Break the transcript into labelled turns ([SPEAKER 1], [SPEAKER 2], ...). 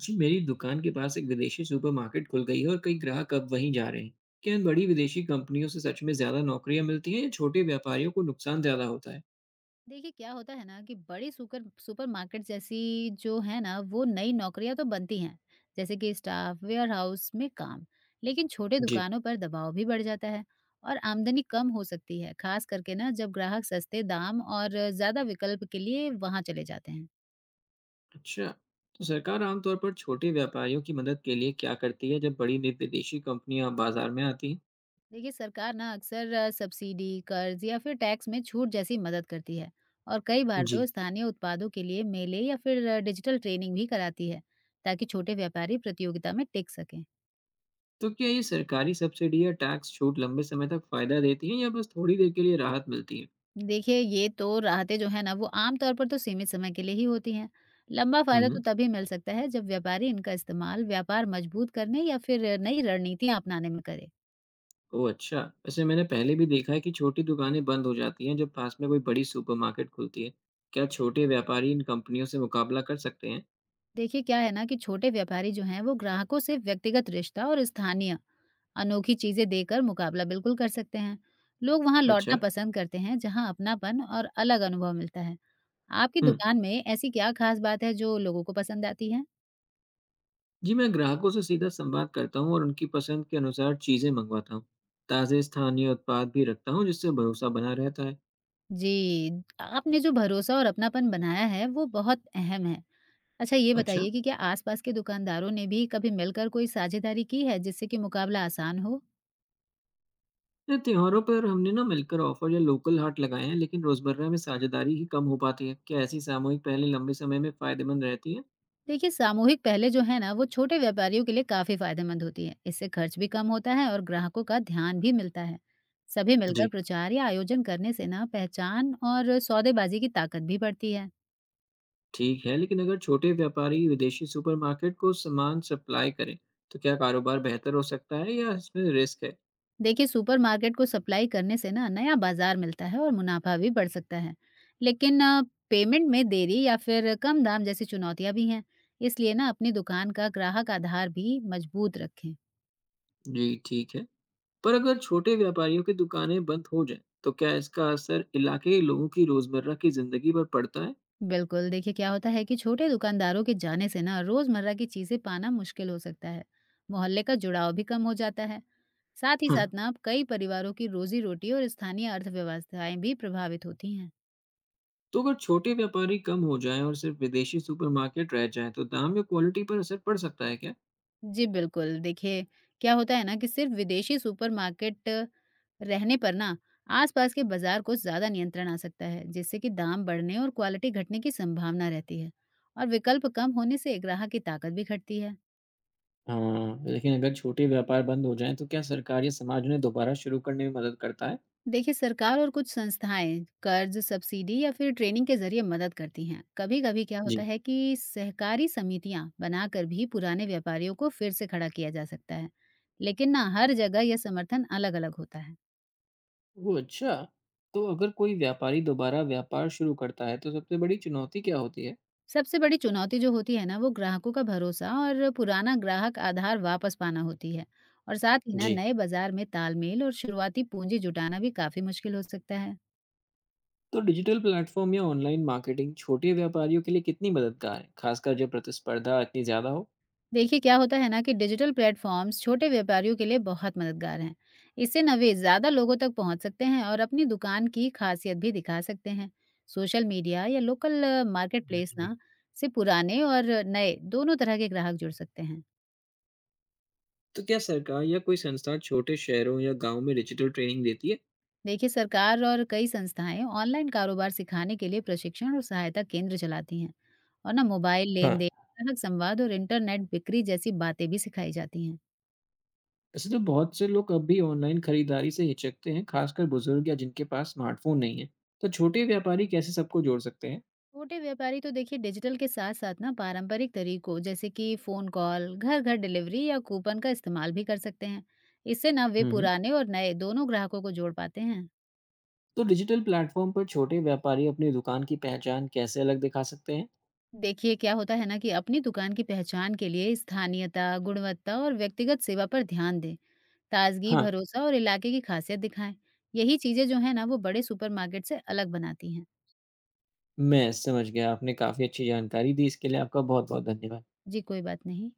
[SPEAKER 1] जी मेरी दुकान के पास एक विदेशी सुपरमार्केट खुल गई है और कई ग्राहक अब वहीं जा रहे हैं। क्या इन बड़ी विदेशी कंपनियों से सच में ज्यादा नौकरियां मिलती हैं या छोटे व्यापारियों को नुकसान ज्यादा होता है?
[SPEAKER 2] देखिए, क्या होता है ना कि बड़ी सुपरमार्केट जैसी जो है ना वो नई नौकरियां तो बनती हैं, जैसे कि स्टाफ वेयर हाउस में काम। लेकिन छोटे
[SPEAKER 1] जी।
[SPEAKER 2] दुकानों पर दबाव भी बढ़ जाता है और आमदनी कम हो सकती है, खास करके ना जब ग्राहक सस्ते दाम और ज्यादा विकल्प के लिए वहां चले जाते हैं।
[SPEAKER 1] अच्छा, तो सरकार आमतौर पर छोटे व्यापारियों की मदद के लिए क्या करती है जब बड़ी विदेशी कंपनियां बाजार में आती हैं?
[SPEAKER 2] देखिए, सरकार ना अक्सर सब्सिडी, कर्ज या फिर टैक्स में छूट जैसी मदद करती है। और कई बार
[SPEAKER 1] जी।
[SPEAKER 2] तो स्थानीय उत्पादों के लिए मेले या फिर डिजिटल ट्रेनिंग भी कराती है, ताकि छोटे व्यापारी प्रतियोगिता में टिक सकें।
[SPEAKER 1] तो क्या ये सरकारी सब्सिडी या टैक्स छूट लंबे समय तक फायदा देती है या बस थोड़ी देर के लिए राहत मिलती है?
[SPEAKER 2] देखिए, ये तो राहतें जो हैं ना, वो आम तौर पर तो सीमित समय के लिए ही होती हैं। लंबा फ़ायदा तो
[SPEAKER 1] हम्म।
[SPEAKER 2] तभी मिल सकता है, जब व्यापारी इनका इस्तेमाल व्यापार मजबूत करने या फिर नई रणनीतियाँ अपनाने में करे।
[SPEAKER 1] ओह, अच्छा! वैसे मैंने पहले भी देखा है कि छोटी दुकानें बंद हो जाती हैं जब पास में कोई बड़ी सुपरमार्केट खुलती है। क्या छोटे व्यापारी इन कंपनियों से मुकाबला कर सकते हैं?
[SPEAKER 2] देखिए, क्या है ना कि छोटे व्यापारी जो हैं, वो ग्राहकों से व्यक्तिगत रिश्ता और स्थानीय अनोखी चीज़ें देकर मुकाबला बिल्कुल कर सकते हैं। लोग वहाँ लौटना
[SPEAKER 1] अच्छा।
[SPEAKER 2] पसंद करते हैं, जहाँ अपनापन और अलग अनुभव मिलता है। आपकी
[SPEAKER 1] हुँ।
[SPEAKER 2] दुकान में ऐसी क्या खास बात है, जो लोगों को पसंद आती है?
[SPEAKER 1] जी, मैं ग्राहकों से सीधा संवाद करता हूँ और उनकी पसंद के अनुसार चीज़ें मँगवाता हूँ। ताज़े स्थानीय उत्पाद भी रखता हूँ जिससे भरोसा बना रहता है।
[SPEAKER 2] जी, आपने जो भरोसा और अपनापन बनाया है, वो बहुत अहम है। अच्छा ये
[SPEAKER 1] अच्छा,
[SPEAKER 2] बताइए कि क्या आस-पास के दुकानदारों ने भी कभी मिलकर कोई साझेदारी की है, जिससे कि मुकाबला आसान हो?
[SPEAKER 1] ये त्योहारों पर हमने ना मिलकर ऑफ़र या लोकल हाट लगाए हैं लेकिन रोज़मर्रा में साझेदारी ही कम हो पाती है। क्या ऐसी सामूहिक पहलें लंबे समय में फ़ायदेमंद रहती हैं?
[SPEAKER 2] देखिए, सामूहिक पहलें जो है ना, वो छोटे व्यापारियों के लिए काफ़ी फ़ायदेमंद होती हैं। इससे खर्च भी कम होता है और ग्राहकों का ध्यान भी मिलता है। सभी मिलकर
[SPEAKER 1] जी।
[SPEAKER 2] प्रचार या आयोजन करने से ना, पहचान और सौदेबाजी की ताकत भी बढ़ती है।
[SPEAKER 1] ठीक है, लेकिन अगर छोटे व्यापारी विदेशी सुपरमार्केट को सामान सप्लाई करें, तो क्या कारोबार बेहतर हो सकता है या इसमें रिस्क है?
[SPEAKER 2] देखिए, सुपरमार्केट को सप्लाई करने से ना नया बाजार मिलता है और मुनाफा भी बढ़ सकता है। लेकिन पेमेंट में देरी या फिर कम दाम जैसी चुनौतियां भी हैं। इसलिए ना अपनी दुकान का ग्राहक आधार भी मजबूत रखें।
[SPEAKER 1] जी, ठीक है। पर अगर छोटे व्यापारियों की दुकानें बंद हो जाएं, तो क्या इसका असर इलाके के लोगों की रोजमर्रा की जिंदगी पर पड़ता है?
[SPEAKER 2] बिल्कुल, देखिए क्या होता है कि छोटे दुकानदारों के जाने से ना रोजमर्रा की चीजें पाना मुश्किल हो सकता है। मोहल्ले का जुड़ाव भी कम हो जाता है। साथ ही
[SPEAKER 1] हाँ।
[SPEAKER 2] साथ ना अब कई परिवारों की रोजी रोटी और स्थानीय अर्थव्यवस्थाएं भी प्रभावित होती हैं।
[SPEAKER 1] तो अगर छोटे व्यापारी कम हो जाएं और सिर्फ विदेशी सुपरमार्केट रह जाएं, तो दाम या क्वालिटी पर असर पड़ सकता है क्या?
[SPEAKER 2] जी बिल्कुल, देखिए क्या होता है ना कि सिर्फ़ विदेशी सुपरमार्केट रहने पर ना आस-पास के बाज़ार को ज़्यादा नियंत्रण आ सकता है, जिससे कि दाम बढ़ने और क्वालिटी घटने की संभावना रहती है। और विकल्प कम होने से ग्राहक की ताकत भी घटती है।
[SPEAKER 1] हाँ, लेकिन अगर छोटे व्यापार बंद हो जाएं, तो क्या सरकार या समाज उन्हें दोबारा शुरू करने में मदद करता है?
[SPEAKER 2] देखिए, सरकार और कुछ संस्थाएं कर्ज़, सब्सिडी या फिर ट्रेनिंग के ज़रिए मदद करती हैं। कभी-कभी क्या होता
[SPEAKER 1] जी।
[SPEAKER 2] है कि सहकारी समितियां बनाकर भी पुराने व्यापारियों को फिर से खड़ा किया जा सकता है, लेकिन ना हर जगह यह समर्थन अलग-अलग होता है।
[SPEAKER 1] ओह, अच्छा। तो अगर कोई व्यापारी दोबारा व्यापार शुरू करता है, तो सबसे बड़ी चुनौती क्या होती है?
[SPEAKER 2] सबसे बड़ी चुनौती जो होती है ना वो ग्राहकों का भरोसा और पुराना ग्राहक आधार वापस पाना होती है। और साथ ही ना
[SPEAKER 1] जी।
[SPEAKER 2] नए बाजार में तालमेल और शुरुआती पूंजी जुटाना भी काफी मुश्किल हो सकता है।
[SPEAKER 1] तो डिजिटल प्लेटफ़ॉर्म या ऑनलाइन मार्केटिंग छोटे व्यापारियों के लिए कितनी मददगार है, खासकर जब प्रतिस्पर्धा इतनी ज़्यादा हो?
[SPEAKER 2] देखिए, क्या होता है ना कि डिजिटल प्लेटफॉर्म्स छोटे व्यापारियों के लिए बहुत मददगार हैं। इससे ना वे ज्यादा लोगों तक पहुंच सकते हैं और अपनी दुकान की खासियत भी दिखा सकते हैं। सोशल मीडिया या लोकल मार्केट प्लेस
[SPEAKER 1] जी।
[SPEAKER 2] ना से पुराने और नए दोनों तरह के ग्राहक जुड़ सकते हैं।
[SPEAKER 1] तो क्या सरकार या कोई संस्था छोटे शहरों या गाँव में डिजिटल ट्रेनिंग देती है?
[SPEAKER 2] देखिए, सरकार और कई संस्थाएं ऑनलाइन कारोबार सिखाने के लिए प्रशिक्षण और सहायता केंद्र चलाती हैं। और ना मोबाइल
[SPEAKER 1] हाँ।
[SPEAKER 2] लेन देन, ग्राहक संवाद और इंटरनेट बिक्री जैसी बातें भी सिखाई जाती हैं।
[SPEAKER 1] वैसे तो बहुत से लोग अब भी ऑनलाइन खरीदारी से हिचकते हैं, खासकर बुजुर्ग या जिनके पास स्मार्टफ़ोन नहीं है। तो छोटे व्यापारी कैसे सबको जोड़ सकते हैं?
[SPEAKER 2] छोटे व्यापारी तो देखिए डिजिटल के साथ साथ ना पारंपरिक तरीकों, जैसे कि फोन कॉल, घर घर डिलीवरी या कूपन का इस्तेमाल भी कर सकते हैं। इससे ना वे
[SPEAKER 1] हुँ, हुँ।
[SPEAKER 2] पुराने और नए दोनों ग्राहकों को जोड़ पाते हैं।
[SPEAKER 1] तो डिजिटल प्लेटफॉर्म पर छोटे व्यापारी अपनी दुकान की पहचान कैसे अलग दिखा सकते हैं?
[SPEAKER 2] देखिए, क्या होता है ना कि अपनी दुकान की पहचान के लिए स्थानीयता, गुणवत्ता और व्यक्तिगत सेवा पर ध्यान दें। ताज़गी,
[SPEAKER 1] हाँ,
[SPEAKER 2] भरोसा और इलाके की ख़ासियत दिखाएँ। यही चीज़ें जो हैं ना, वो बड़े सुपरमार्केट से अलग बनाती हैं।
[SPEAKER 1] मैं समझ गया। आपने काफ़ी अच्छी जानकारी दी। इसके लिए आपका बहुत-बहुत धन्यवाद।
[SPEAKER 2] जी, कोई बात नहीं।